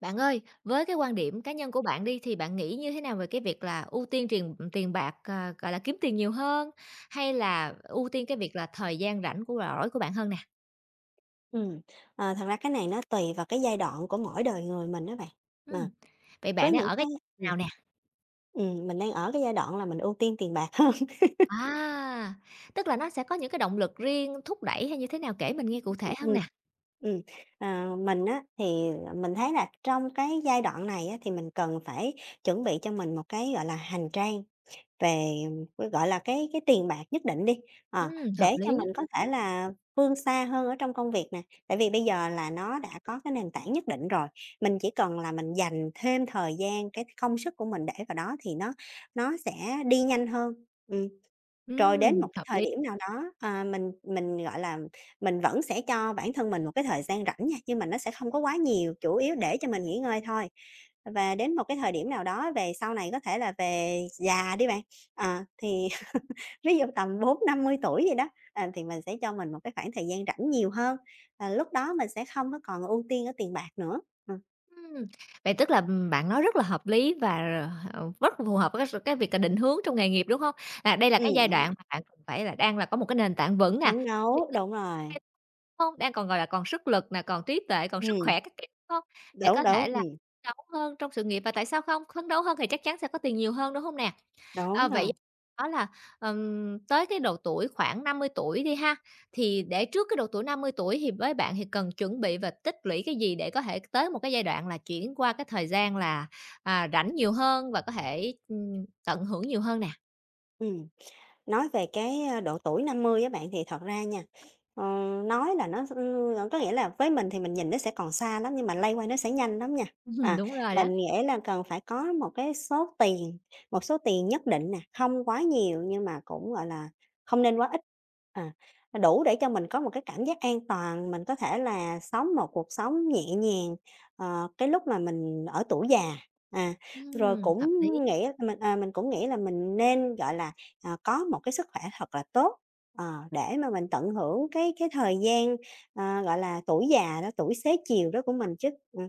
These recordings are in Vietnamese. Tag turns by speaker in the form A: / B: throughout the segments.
A: Bạn ơi, với cái quan điểm cá nhân của bạn đi thì bạn nghĩ như thế nào về cái việc là ưu tiên tiền tiền bạc, à, gọi là, kiếm tiền nhiều hơn, hay là ưu tiên cái việc là thời gian rảnh rỗi của bạn hơn nè?
B: Ừm, Thật ra cái này nó tùy vào cái giai đoạn của mỗi đời người mình đó bạn. Mà
A: Ừm, vậy
B: với
A: bạn đang
B: những
A: ở
B: cái
A: cái
B: ừm.
A: nào nè?
B: Mình đang ở cái giai đoạn là mình ưu tiên tiền bạc hơn.
A: À, tức là nó sẽ có những cái động lực riêng thúc đẩy hay như thế nào, kể mình nghe cụ thể hơn
B: Ừm.
A: nè?
B: Ừm, mình á, thì mình thấy là trong cái giai đoạn này á, thì mình cần phải chuẩn bị cho mình một cái, gọi là, hành trang về, cái gọi là, cái tiền bạc nhất định đi, ờ,
A: Hợp
B: để cho
A: lý,
B: mình có thể là vươn xa hơn ở trong công việc nè. Tại vì bây giờ là nó đã có cái nền tảng nhất định rồi, mình chỉ cần là mình dành thêm thời gian, cái công sức của mình để vào đó thì nó sẽ đi nhanh hơn. Ừm. Rồi đến một cái
A: hợp
B: thời
A: lý.
B: điểm nào đó, mình, gọi là, mình vẫn sẽ cho bản thân mình một cái thời gian rảnh nha, nhưng mà nó sẽ không có quá nhiều, chủ yếu để cho mình nghỉ ngơi thôi. Và đến một cái thời điểm nào đó về sau này có thể là về già đi bạn. Thì ví dụ tầm 40, 50 tuổi gì đó, thì mình sẽ cho mình một cái khoảng thời gian rảnh nhiều hơn, và lúc đó mình sẽ không có còn ưu tiên ở tiền bạc nữa. Ừm,
A: Ừm, vậy tức là, bạn nói rất là hợp lý và, ờ, rất phù hợp với cái việc là định hướng trong nghề nghiệp, đúng không? Là đây là cái giai
B: đúng rồi,
A: đoạn mà bạn cần phải là đang là có một cái nền tảng vững nè,
B: phấn
A: thì
B: đấu, đúng rồi,
A: hông? Đang còn, gọi là, còn sức lực nè, còn trí tuệ, còn sức
B: ừm,
A: khỏe các kiểu, đúng hông? Để
B: đúng,
A: có
B: đúng,
A: thể là phấn đấu hơn trong sự nghiệp và tại sao không? Phấn đấu hơn thì chắc chắn sẽ có tiền nhiều hơn, đúng không nè?
B: đúng
A: Ờ, vậy
B: rồi.
A: đó là, tới cái độ tuổi khoảng 50 tuổi đi ha, thì để trước cái độ tuổi 50 tuổi thì với bạn thì cần chuẩn bị và tích lũy cái gì để có thể tới một cái giai đoạn là chuyển qua cái thời gian là, à, rảnh nhiều hơn và có thể, tận hưởng nhiều hơn nè?
B: Ừm, nói về cái, độ tuổi 50 á bạn, thì thật ra nha, ờ, nói là nó s có nghĩa là với mình thì mình nhìn nó sẽ còn xa lắm, nhưng mà lây qua nó sẽ nhanh lắm nha. À,
A: Đúng rồi đó.
B: mình nghĩ là cần phải có một số tiền nhất định nè, không quá nhiều nhưng mà cũng, gọi là, không nên quá ít. À, Đủ để cho mình có một cái cảm giác an toàn, mình có thể là sống một cuộc sống nhẹ nhàng, cái lúc mà mình ở tuổi già. À, rồi cũng
A: Hợp lý.
B: nghĩ mình, à, mình cũng nghĩ là mình nên, gọi là có một cái sức khỏe thật là tốt, để mà mình tận hưởng cái thời gian, gọi là, tuổi già đó, tuổi xế chiều đó của mình chứ.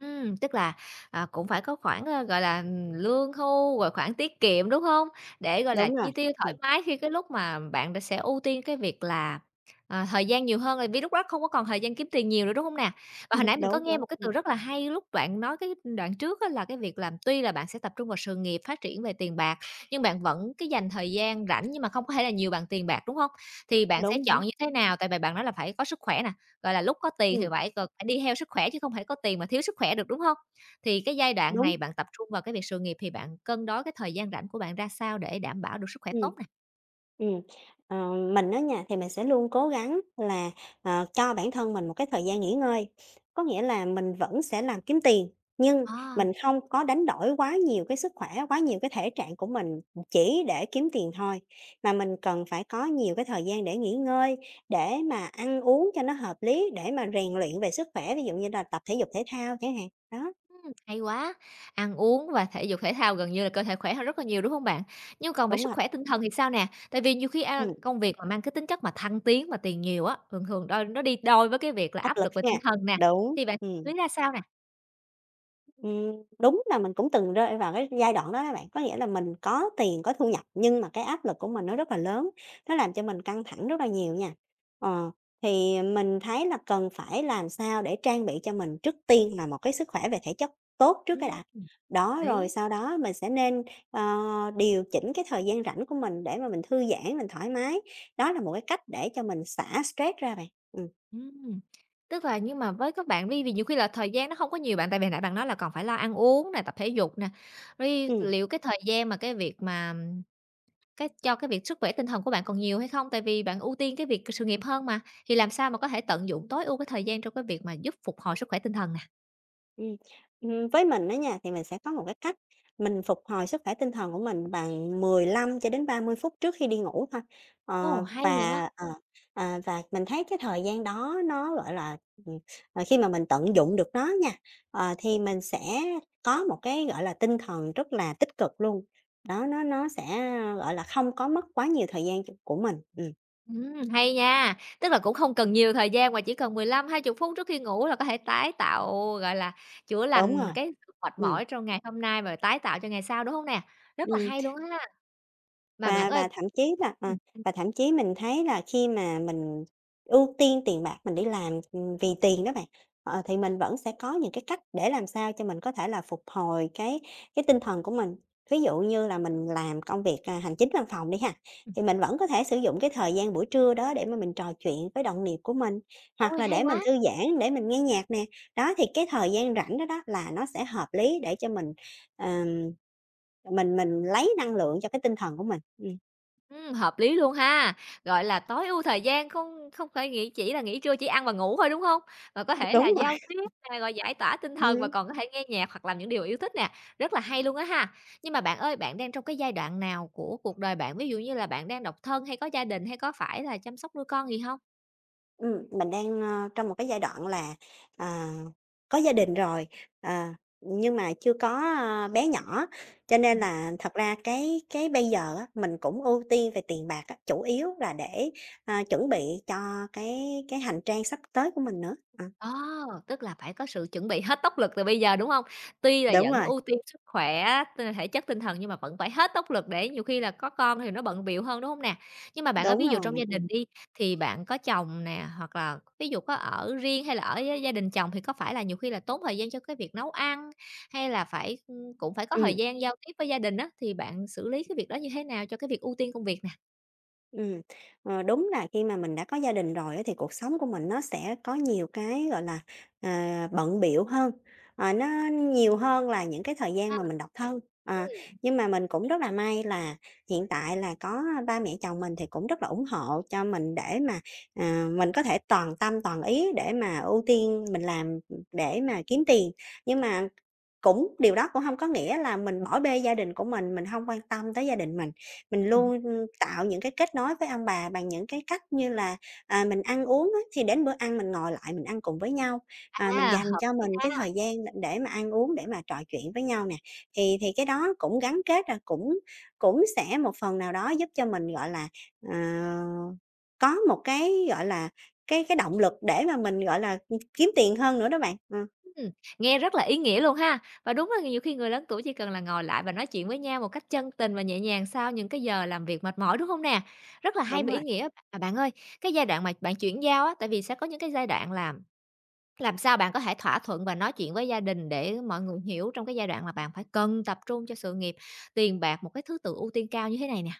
A: Tức là, à, cũng phải có khoản, ơ, gọi là, lương hưu, rồi khoản tiết kiệm, đúng không? Để, gọi là,
B: Đúng rồi,
A: chi tiêu
B: ừm,
A: thoải mái khi cái lúc mà bạn đã sẽ ưu tiên cái việc là, à, thời gian nhiều hơn, tại vì lúc đó không có còn thời gian kiếm tiền nhiều nữa, đúng không nè? Và hồi nãy mình có
B: đúng,
A: nghe
B: đúng,
A: một cái từ rất là hay lúc bạn nói cái đoạn trước á, là cái việc làm tuy là bạn sẽ tập trung vào sự nghiệp, phát triển về tiền bạc, nhưng bạn vẫn cái dành thời gian rảnh nhưng mà không có thể là nhiều bằng tiền bạc, đúng không? Thì bạn sẽ
B: đúng, đúng,
A: chọn như thế nào? Tại vì bạn nói là phải có sức khỏe nè, gọi là, lúc có tiền thì
B: ừm,
A: phải cần phải đi theo sức khỏe chứ không thể có tiền mà thiếu sức khỏe được, đúng hông? Thì cái giai đoạn
B: đúng.
A: này bạn tập trung vào cái việc sự nghiệp thì bạn cân đối cái thời gian rảnh của bạn ra sao để đảm bảo được sức khỏe
B: Ừm.
A: tốt nè?
B: Ừm, mình á nha, thì mình sẽ luôn cố gắng là, cho bản thân mình một cái thời gian nghỉ ngơi. Có nghĩa là mình vẫn sẽ làm kiếm tiền, nhưng
A: À,
B: mình không có đánh đổi quá nhiều cái sức khỏe, quá nhiều cái thể trạng của mình chỉ để kiếm tiền thôi, mà mình cần phải có nhiều cái thời gian để nghỉ ngơi, để mà ăn uống cho nó hợp lý, để mà rèn luyện về sức khỏe, ví dụ như là tập thể dục thể thao chẳng hạn. Đó,
A: hay quá! Ăn uống và thể dục thể thao gần như là cơ thể khỏe hơn rất là nhiều, đúng hông bạn? Nhưng còn về
B: đúng
A: sức
B: rồi,
A: khỏe tinh thần thì sao nè? Tại vì nhiều khi, a,
B: ừm,
A: công việc mà mang cái tính chất mà thăng tiến mà tiền nhiều á, thường thường đôi nó đi đôi với cái việc là
B: áp
A: áp
B: lực
A: lực về
B: nha.
A: tinh thần nè,
B: Đúng,
A: thì bạn xử
B: ừm.
A: lý ra sao nè?
B: Đúng là mình cũng từng rơi vào cái giai đoạn đó các bạn. Có nghĩa là mình có tiền, có thu nhập nhưng mà cái áp lực của mình nó rất là lớn, nó làm cho mình căng thẳng rất là nhiều nha. Ờ, thì mình thấy là cần phải làm sao để trang bị cho mình trước tiên là một cái sức khỏe về thể chất tốt trước cái
A: Ừm,
B: đã. Đó, rồi
A: lý.
B: sau đó mình sẽ nên, ờ, điều chỉnh cái thời gian rảnh của mình để mà mình thư giãn, mình thoải mái. Đó là một cái cách để cho mình xả stress ra bạn. Ừ,
A: Ừm, tức là nhưng mà với các bạn đi thì nhiều khi là thời gian nó không có nhiều bạn, tại vì nãy bạn nói là còn phải lo ăn uống nè, tập thể dục nè, rồi
B: ừ.
A: liệu cái thời gian mà cái việc mà cái cho cái việc sức khỏe tinh thần của bạn còn nhiều hay không? Tại vì bạn ưu tiên cái việc sự nghiệp hơn mà, thì làm sao mà có thể tận dụng tối ưu cái thời gian trong cái việc mà giúp phục hồi sức khỏe tinh thần nè?
B: Ừm, với mình đó nha, thì mình sẽ có một cái cách mình phục hồi sức khỏe tinh thần của mình bằng 15 đến 30 phút trước khi đi ngủ thôi.
A: Ồ,
B: Ờ,
A: hay vậy!
B: và, ờ, và mình thấy cái thời gian đó nó, gọi là, ừm, khi mà mình tận dụng được nó nha, thì mình sẽ có một cái, gọi là, tinh thần rất là tích cực luôn. Đó, nó sẽ, gọi là, không có mất quá nhiều thời gian của mình.
A: Hay nha, tức là cũng không cần nhiều thời gian mà chỉ cần 15 hai chục phút trước khi ngủ là có thể tái tạo, gọi là, chữa
B: Đúng
A: lành
B: rồi.
A: cái sự mệt
B: Ừ,
A: mỏi trong ngày hôm nay và tái tạo cho ngày sau, đúng hông nè? Rất là
B: ừ.
A: hay luôn ha. Mà bạn
B: Và
A: ơi,
B: và thậm chí là ờ,
A: ừm,
B: và thậm chí mình thấy là khi mà mình ưu tiên tiền bạc, mình đi làm, vì tiền đó bạn, thì mình vẫn sẽ có những cái cách để làm sao cho mình có thể là phục hồi cái tinh thần của mình. Ví dụ như là mình làm công việc, hành chính văn phòng đi ha,
A: ừm,
B: thì mình vẫn có thể sử dụng cái thời gian buổi trưa đó để mà mình trò chuyện với đồng nghiệp của mình, hoặc
A: ôi,
B: là
A: hay
B: để mình
A: quá!
B: thư giãn, để mình nghe nhạc nè. Đó, thì cái thời gian rảnh đó đó là nó sẽ hợp lý để cho mình lấy năng lượng cho cái tinh thần của mình.
A: Hợp lý luôn ha. Gọi là, tối ưu thời gian, không không phải nghĩ chỉ là nghỉ trưa chỉ ăn và ngủ thôi, đúng không? Và có thể là
B: Đúng
A: giao
B: rồi.
A: tiếp nè, rồi giải tỏa tinh thần và
B: Ừm,
A: còn có thể nghe nhạc hoặc làm những điều yêu thích nè, rất là hay luôn á ha. Nhưng mà bạn ơi, bạn đang trong cái giai đoạn nào của cuộc đời bạn? Ví dụ như là bạn đang độc thân hay có gia đình, hay có phải là chăm sóc nuôi con gì không?
B: mình đang, trong một cái giai đoạn là, à, có gia đình rồi, à, nhưng mà chưa có, bé nhỏ, cho nên là thật ra cái bây giờ á, mình cũng ưu tiên về tiền bạc á, chủ yếu là để, chuẩn bị cho cái hành trang sắp tới của mình nữa. Ờ,
A: Ờ, tức là phải có sự chuẩn bị hết tốc lực từ bây giờ, đúng hông? Tuy là
B: đúng
A: vẫn
B: rồi,
A: ưu tiên sức khỏe, thể chất, tinh thần nhưng mà vẫn phải hết tốc lực để nhiều khi là có con thì nó bận bịu hơn, đúng hông nè? Nhưng mà bạn ơi,
B: đúng
A: ví dụ
B: rồi,
A: trong gia đình đi, thì bạn có chồng nè, hoặc là ví dụ có ở riêng hay là ở với gia đình chồng thì có phải là nhiều khi là tốn thời gian cho cái việc nấu ăn, hay là phải ưm, cũng phải có thời
B: ừm.
A: gian giao tiếp với gia đình á, thì bạn xử lý cái việc đó như thế nào cho cái việc ưu tiên công việc nè?
B: Ừm, Đúng là khi mà mình đã có gia đình rồi á thì cuộc sống của mình nó sẽ có nhiều cái, gọi là, bận bịu hơn, nó nhiều hơn là những cái thời gian
A: Ha.
B: mà mình độc thân. Ờ,
A: Ừm.
B: nhưng mà mình cũng rất là may là hiện tại là có ba mẹ chồng mình thì cũng rất là ủng hộ cho mình để mà, mình có thể toàn tâm toàn ý để mà ưu tiên mình làm để mà kiếm tiền. Nhưng mà cũng điều đó cũng không có nghĩa là mình bỏ bê gia đình của mình không quan tâm tới gia đình mình. Mình
A: Ừm,
B: luôn, tạo những cái kết nối với ông bà bằng những cái cách như là, mình ăn uống á, thì đến bữa ăn mình ngồi lại mình ăn cùng với nhau, mình
A: à,
B: dành
A: hợp
B: cho
A: lý.
B: mình cái thời gian để mà ăn uống, để mà trò chuyện với nhau nè. Thì cái đó cũng gắn kết, cũng cũng sẽ một phần nào đó giúp cho mình, gọi là, ờ, có một cái, gọi là, cái động lực để mà mình, gọi là, kiếm tiền hơn nữa đó bạn. Ờ,
A: Ừm, nghe rất là ý nghĩa luôn ha. Và đúng là nhiều khi người lớn tuổi chỉ cần là ngồi lại và nói chuyện với nhau một cách chân tình và nhẹ nhàng sau những cái giờ làm việc mệt mỏi, đúng không nè? Rất là hay
B: đúng
A: và ý
B: rồi.
A: nghĩa. Mà bạn ơi, cái giai đoạn mà bạn chuyển giao á, tại vì sẽ có những cái giai đoạn làm sao bạn có thể thỏa thuận và nói chuyện với gia đình để mọi người hiểu trong cái giai đoạn là bạn phải cần tập trung cho sự nghiệp, tiền bạc, một cái thứ tự ưu tiên cao như thế này nè.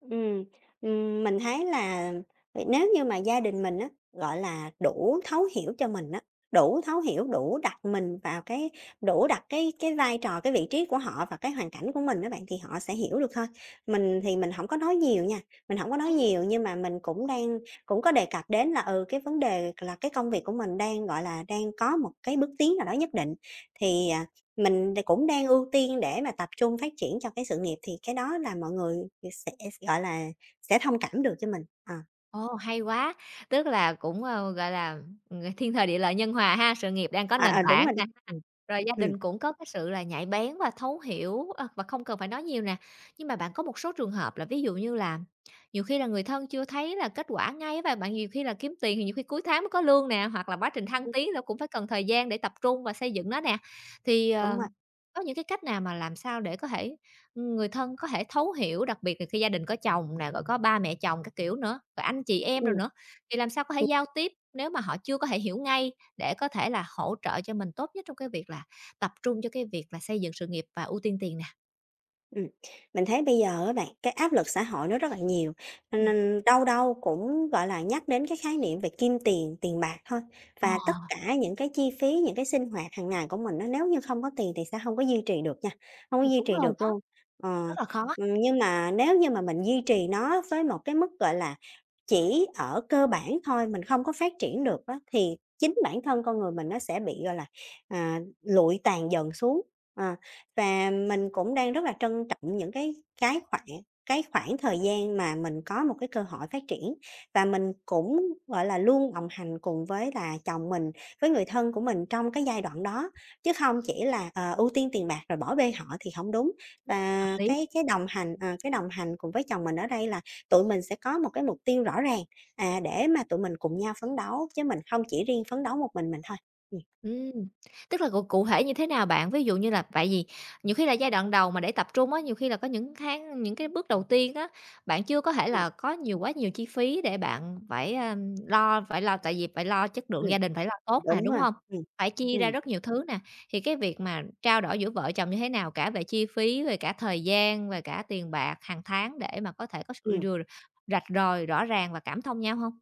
B: Ừm, mình thấy là vậy nếu như mà gia đình mình á, gọi là, đủ thấu hiểu, đủ đặt cái vai trò, cái vị trí của họ và cái hoàn cảnh của mình đó bạn, thì họ sẽ hiểu được thôi. Mình thì mình không có nói nhiều nha, mình không có nói
A: Ừm.
B: nhiều nhưng mà mình cũng có đề cập đến là, cái vấn đề là cái công việc của mình đang, gọi là, đang có một cái bước tiến nào đó nhất định. Thì, mình cũng đang ưu tiên để mà tập trung phát triển cho cái sự nghiệp thì cái đó là mọi người sẽ, gọi là, sẽ thông cảm được cho mình. Ờ,
A: Ồ, hay quá! Tức là cũng, ờ, gọi là, thiên thời, địa lợi, nhân hòa ha, sự nghiệp đang có
B: ờ,
A: nền
B: ờ, đúng rồi
A: tảng
B: đó.
A: nè.
B: Ừm.
A: Rồi gia
B: Ừm,
A: đình cũng có cái sự là nhạy bén và thấu hiểu, ờ, và không cần phải nói nhiều nè. Nhưng mà bạn có một số trường hợp là ví dụ như là nhiều khi là người thân chưa thấy là kết quả ngay và bạn nhiều khi là kiếm tiền thì nhiều khi cuối tháng mới có lương nè, hoặc là quá trình thăng
B: ừm,
A: tiến nó cũng phải cần thời gian để tập trung và xây dựng nó nè. Thì, ờ,
B: đúng rồi,
A: có những cái cách nào mà làm sao để có thể người thân có thể thấu hiểu, đặc biệt là khi gia đình có chồng nè, rồi có ba mẹ chồng các kiểu nữa, rồi anh chị em rồi
B: ừm.
A: nữa, thì làm sao có thể giao tiếp nếu mà họ chưa có thể hiểu ngay để có thể là hỗ trợ cho mình tốt nhất trong cái việc là tập trung cho cái việc là xây dựng sự nghiệp và ưu tiên tiền nè?
B: Ừm, mình thấy bây giờ các bạn, cái áp lực xã hội nó rất là nhiều, cho
A: Ừm.
B: nên đâu đâu cũng, gọi là, nhắc đến cái khái niệm về kim tiền, tiền bạc thôi.
A: Ờ,
B: Và tất cả những cái chi phí, những cái sinh hoạt hàng ngày của mình nó nếu như không có tiền thì sẽ không có duy trì được nha, không có duy
A: đúng
B: trì
A: rồi
B: được
A: đó,
B: luôn. Ờ,
A: rất là khó.
B: nhưng mà nếu như mà mình duy trì nó với một cái mức, gọi là, chỉ ở cơ bản thôi, mình không có phát triển được á, thì chính bản thân con người mình nó sẽ bị, gọi là, lụi tàn dần xuống. Ờ. Và mình cũng đang rất là trân trọng những cái khoảng cái khoảng thời gian mà mình có một cái cơ hội phát triển và mình cũng, gọi là, luôn đồng hành cùng với là chồng mình, với người thân của mình trong cái giai đoạn đó, chứ không chỉ là, ưu tiên tiền bạc rồi bỏ bê họ thì không đúng.
A: Hợp
B: Và
A: lý.
B: cái đồng hành cùng với chồng mình ở đây là tụi mình sẽ có một cái mục tiêu rõ ràng, để mà tụi mình cùng nhau phấn đấu, chứ mình không chỉ riêng phấn đấu một mình thôi. Ừm.
A: Ừm, tức là cụ cụ thể như thế nào bạn? Ví dụ như là tại vì nhiều khi là giai đoạn đầu mà để tập trung á, nhiều khi là có những tháng những cái bước đầu tiên á, bạn chưa có thể
B: Ừm,
A: là có nhiều quá nhiều chi phí để bạn phải, a, lo phải lo tại vì phải lo chất lượng
B: ừm,
A: gia đình phải lo tốt nè,
B: đúng
A: đúng
B: rồi,
A: không?
B: ừm,
A: Phải chia ra
B: ừm,
A: rất nhiều thứ nè, thì cái việc mà trao đổi giữa vợ chồng như thế nào cả về chi phí, về cả thời gian, về cả tiền bạc hàng tháng để mà có thể có sự
B: ừm.
A: rạch ròi rõ ràng và cảm thông nhau không?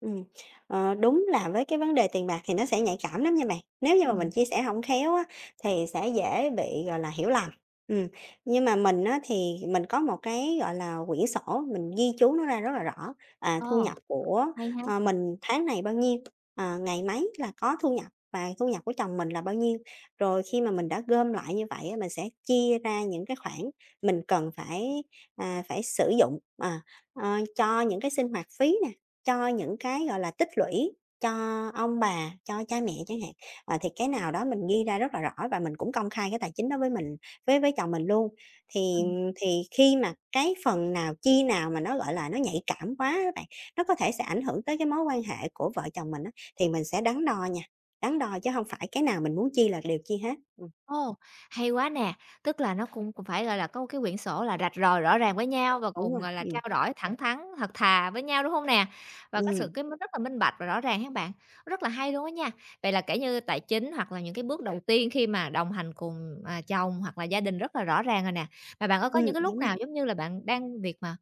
B: Ừm, đúng là với cái vấn đề tiền bạc thì nó sẽ nhạy cảm lắm nha bạn. Nếu như mà mình
A: Ừm.
B: chia sẻ không khéo á, thì sẽ dễ bị, gọi là, hiểu lầm. Ừm, nhưng mà mình á, thì mình có một cái, gọi là, quyển sổ mình ghi chú nó ra rất là rõ,
A: Ờ,
B: thu nhập của,
A: hay ha.
B: mình tháng này bao nhiêu, ngày mấy là có thu nhập và thu nhập của chồng mình là bao nhiêu. Rồi khi mà mình đã gom lại như vậy á, mình sẽ chia ra những cái khoản mình cần phải, phải sử dụng, cho những cái sinh hoạt phí nè, cho những cái, gọi là, tích lũy cho ông bà, cho cha mẹ chẳng hạn, thì cái nào đó mình ghi ra rất là rõ và mình cũng công khai cái tài chính đó với mình với chồng mình luôn. Thì thì khi mà cái phần nào, chi nào mà nó, gọi là, nó nhạy cảm quá các bạn, nó có thể sẽ ảnh hưởng tới cái mối quan hệ của vợ chồng mình á, thì mình sẽ đắn đo nha, đắn đo chứ không phải cái nào mình muốn chi là đều chi hết.
A: Ồ, hay quá nè! Tức là nó cũng cũng phải, gọi là, có một cái quyển sổ là rạch ròi rõ ràng với nhau và
B: Đúng
A: cùng,
B: rồi,
A: gọi là,
B: ừm,
A: trao đổi thẳng thắn, thật thà với nhau, đúng không nè? Và có sự
B: ừm,
A: cái rất là minh bạch và rõ ràng các bạn, rất là hay luôn á nha. Vậy là kể như tài chính hoặc là những cái bước đầu tiên khi mà đồng hành cùng, à, chồng hoặc là gia đình rất là rõ ràng rồi nè. Mà bạn có những cái lúc
B: đúng rồi,
A: nào giống như là bạn đang việc mà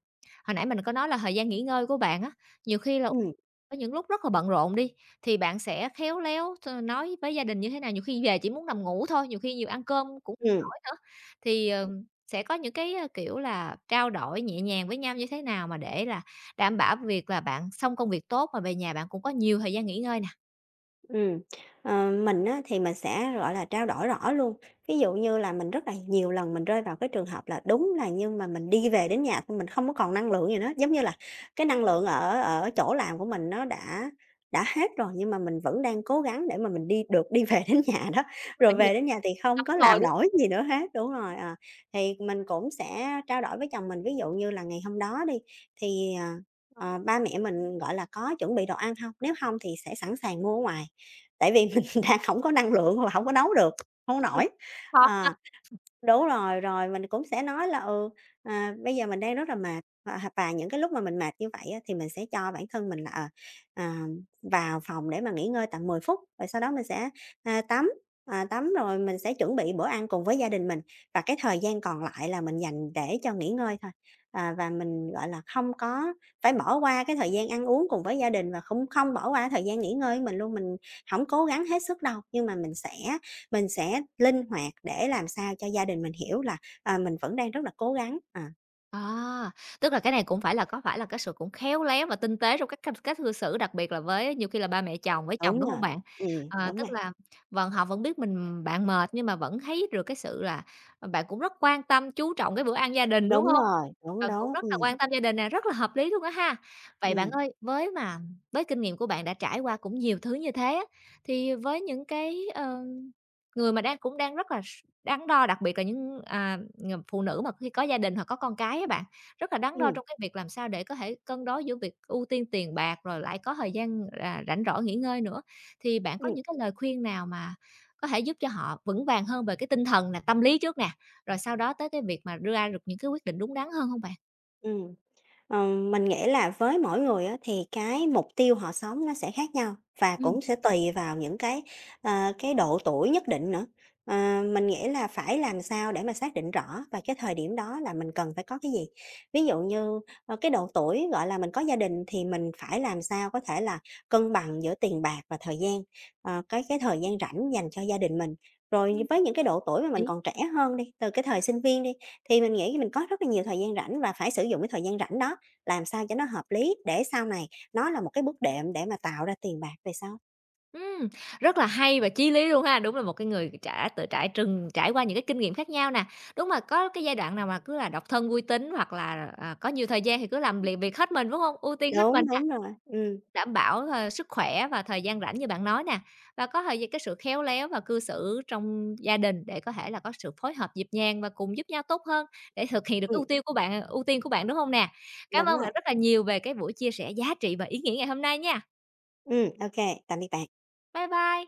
A: hồi nãy mình có nói là thời gian nghỉ ngơi của bạn á, nhiều khi là
B: ừm,
A: có những lúc rất là bận rộn đi, thì bạn sẽ khéo léo ờ, nói với gia đình như thế nào? Nhiều khi về chỉ muốn nằm ngủ thôi, nhiều khi nhiều ăn cơm cũng không
B: ừm.
A: nổi nữa, thì, ờ, sẽ có những cái, ơ, kiểu là, trao đổi nhẹ nhàng với nhau như thế nào mà để là đảm bảo việc là bạn xong công việc tốt mà về nhà bạn cũng có nhiều thời gian nghỉ ngơi nè?
B: Ừm, mình á, thì mình sẽ, gọi là, trao đổi rõ luôn. Ví dụ như là mình rất là nhiều lần mình rơi vào cái trường hợp là đúng là nhưng mà mình đi về đến nhà thì mình không có còn năng lượng gì nữa, giống như là cái năng lượng ở ở chỗ làm của mình nó đã hết rồi nhưng mà mình vẫn đang cố gắng để mà mình đi về đến nhà đó,
A: Đúng
B: rồi
A: rồi, nhiều
B: về đến nhà thì không
A: lắm
B: có
A: rồi,
B: làm
A: đúng
B: nổi gì nữa hết. Đúng rồi, thì mình cũng sẽ trao đổi với chồng mình, ví dụ như là ngày hôm đó đi, thì, ba mẹ mình, gọi là, có chuẩn bị đồ ăn hông? Nếu hông thì sẽ sẵn sàng mua ở ngoài, tại vì mình đang hổng có năng lượng hoặc là hổng có nấu được, hông
A: hông?
B: nổi.
A: Khó ha.
B: Ờ. Đúng rồi, rồi mình cũng sẽ nói là, "Bây giờ mình đang rất là mệt." Và những cái lúc mà mình mệt như vậy á, thì mình sẽ cho bản thân mình là, à, vào phòng để mà nghỉ ngơi tầm 10 phút, rồi sau đó mình sẽ, à, tắm, tắm rồi mình sẽ chuẩn bị bữa ăn cùng với gia đình mình. Và cái thời gian còn lại là mình dành để cho nghỉ ngơi thôi. Và mình, gọi là, không có phải bỏ qua cái thời gian ăn uống cùng với gia đình và không không bỏ qua thời gian nghỉ ngơi của mình luôn. Mình không cố gắng hết sức đâu, nhưng mà mình sẽ linh hoạt để làm sao cho gia đình mình hiểu là, mình vẫn đang rất là cố gắng,
A: À, tức là cái này cũng phải là có phải là cái sự cũng khéo léo và tinh tế trong các cách cách cư xử, đặc biệt là với nhiều khi là ba mẹ chồng với chồng,
B: đúng
A: đúng không
B: rồi,
A: bạn? Ờ,
B: đúng
A: tức
B: rồi,
A: là vẫn họ vẫn biết mình bạn mệt nhưng mà vẫn thấy được cái sự là, ờ, bạn cũng rất quan tâm, chú trọng cái bữa ăn gia đình, đúng
B: đúng
A: không?
B: rồi, đúng,
A: Ờ, cũng
B: đúng,
A: rất là
B: ừ,
A: quan tâm gia đình nè, rất là hợp lý luôn á ha. Vậy bạn
B: ừ,
A: ơi, với mà với kinh nghiệm của bạn đã trải qua cũng nhiều thứ như thế á, thì với những cái, ờ, người mà đang cũng đang rất là đắn đo, đặc biệt là những, à, phụ nữ mà khi có gia đình hoặc có con cái á bạn, rất là đắn đo
B: ừ,
A: trong cái việc làm sao để có thể cân đối giữa việc ưu tiên tiền bạc, rồi lại có thời gian, à, rảnh rỗi nghỉ ngơi nữa. Thì bạn có
B: ừ,
A: những cái lời khuyên nào mà có thể giúp cho họ vững vàng hơn về cái tinh thần là tâm lý trước nè, rồi sau đó tới cái việc mà đưa ra được những cái quyết định đúng đắn hơn không bạn?
B: ừm. Ờ, mình nghĩ là với mỗi người á, thì cái mục tiêu họ sống nó sẽ khác nhau và
A: Ừm.
B: cũng sẽ tùy vào những cái, cái độ tuổi nhất định nữa. Ờ, mình nghĩ là phải làm sao để mà xác định rõ và cái thời điểm đó là mình cần phải có cái gì. Ví dụ như, cái độ tuổi, gọi là, mình có gia đình thì mình phải làm sao có thể là cân bằng giữa tiền bạc và thời gian, cái thời gian rảnh dành cho gia đình mình. Rồi
A: Ừm,
B: với những cái độ tuổi mà mình còn trẻ hơn đi, từ cái thời sinh viên đi, thì mình nghĩ mình có rất là nhiều thời gian rảnh và phải sử dụng cái thời gian rảnh đó làm sao cho nó hợp lý để sau này nó là một cái bước đệm để mà tạo ra tiền bạc về sau.
A: ừm, rất là hay và chí lý luôn ha. Đúng là một cái người đã tự trải trải qua những cái kinh nghiệm khác nhau nè. Đúng là có cái giai đoạn nào mà cứ là độc thân vui tính hoặc là, à, có nhiều thời gian thì cứ làm việc việc hết mình, đúng không? Ưu tiên hết mình
B: Đúng,
A: nè,
B: đúng rồi.
A: đảm bảo, ờ, sức khỏe và thời gian rảnh như bạn nói nè, và có thời gian cái sự khéo léo và cư xử trong gia đình để có thể là có sự phối hợp nhịp nhàng và cùng giúp nhau tốt hơn để thực hiện được cái
B: Ừm,
A: ưu tiên của bạn, đúng không nè? Cảm
B: đúng
A: ơn
B: rồi.
A: bạn rất là nhiều về cái buổi chia sẻ giá trị và ý nghĩa ngày hôm nay nha.
B: Ô kê, tạm biệt bạn.
A: Bye bye.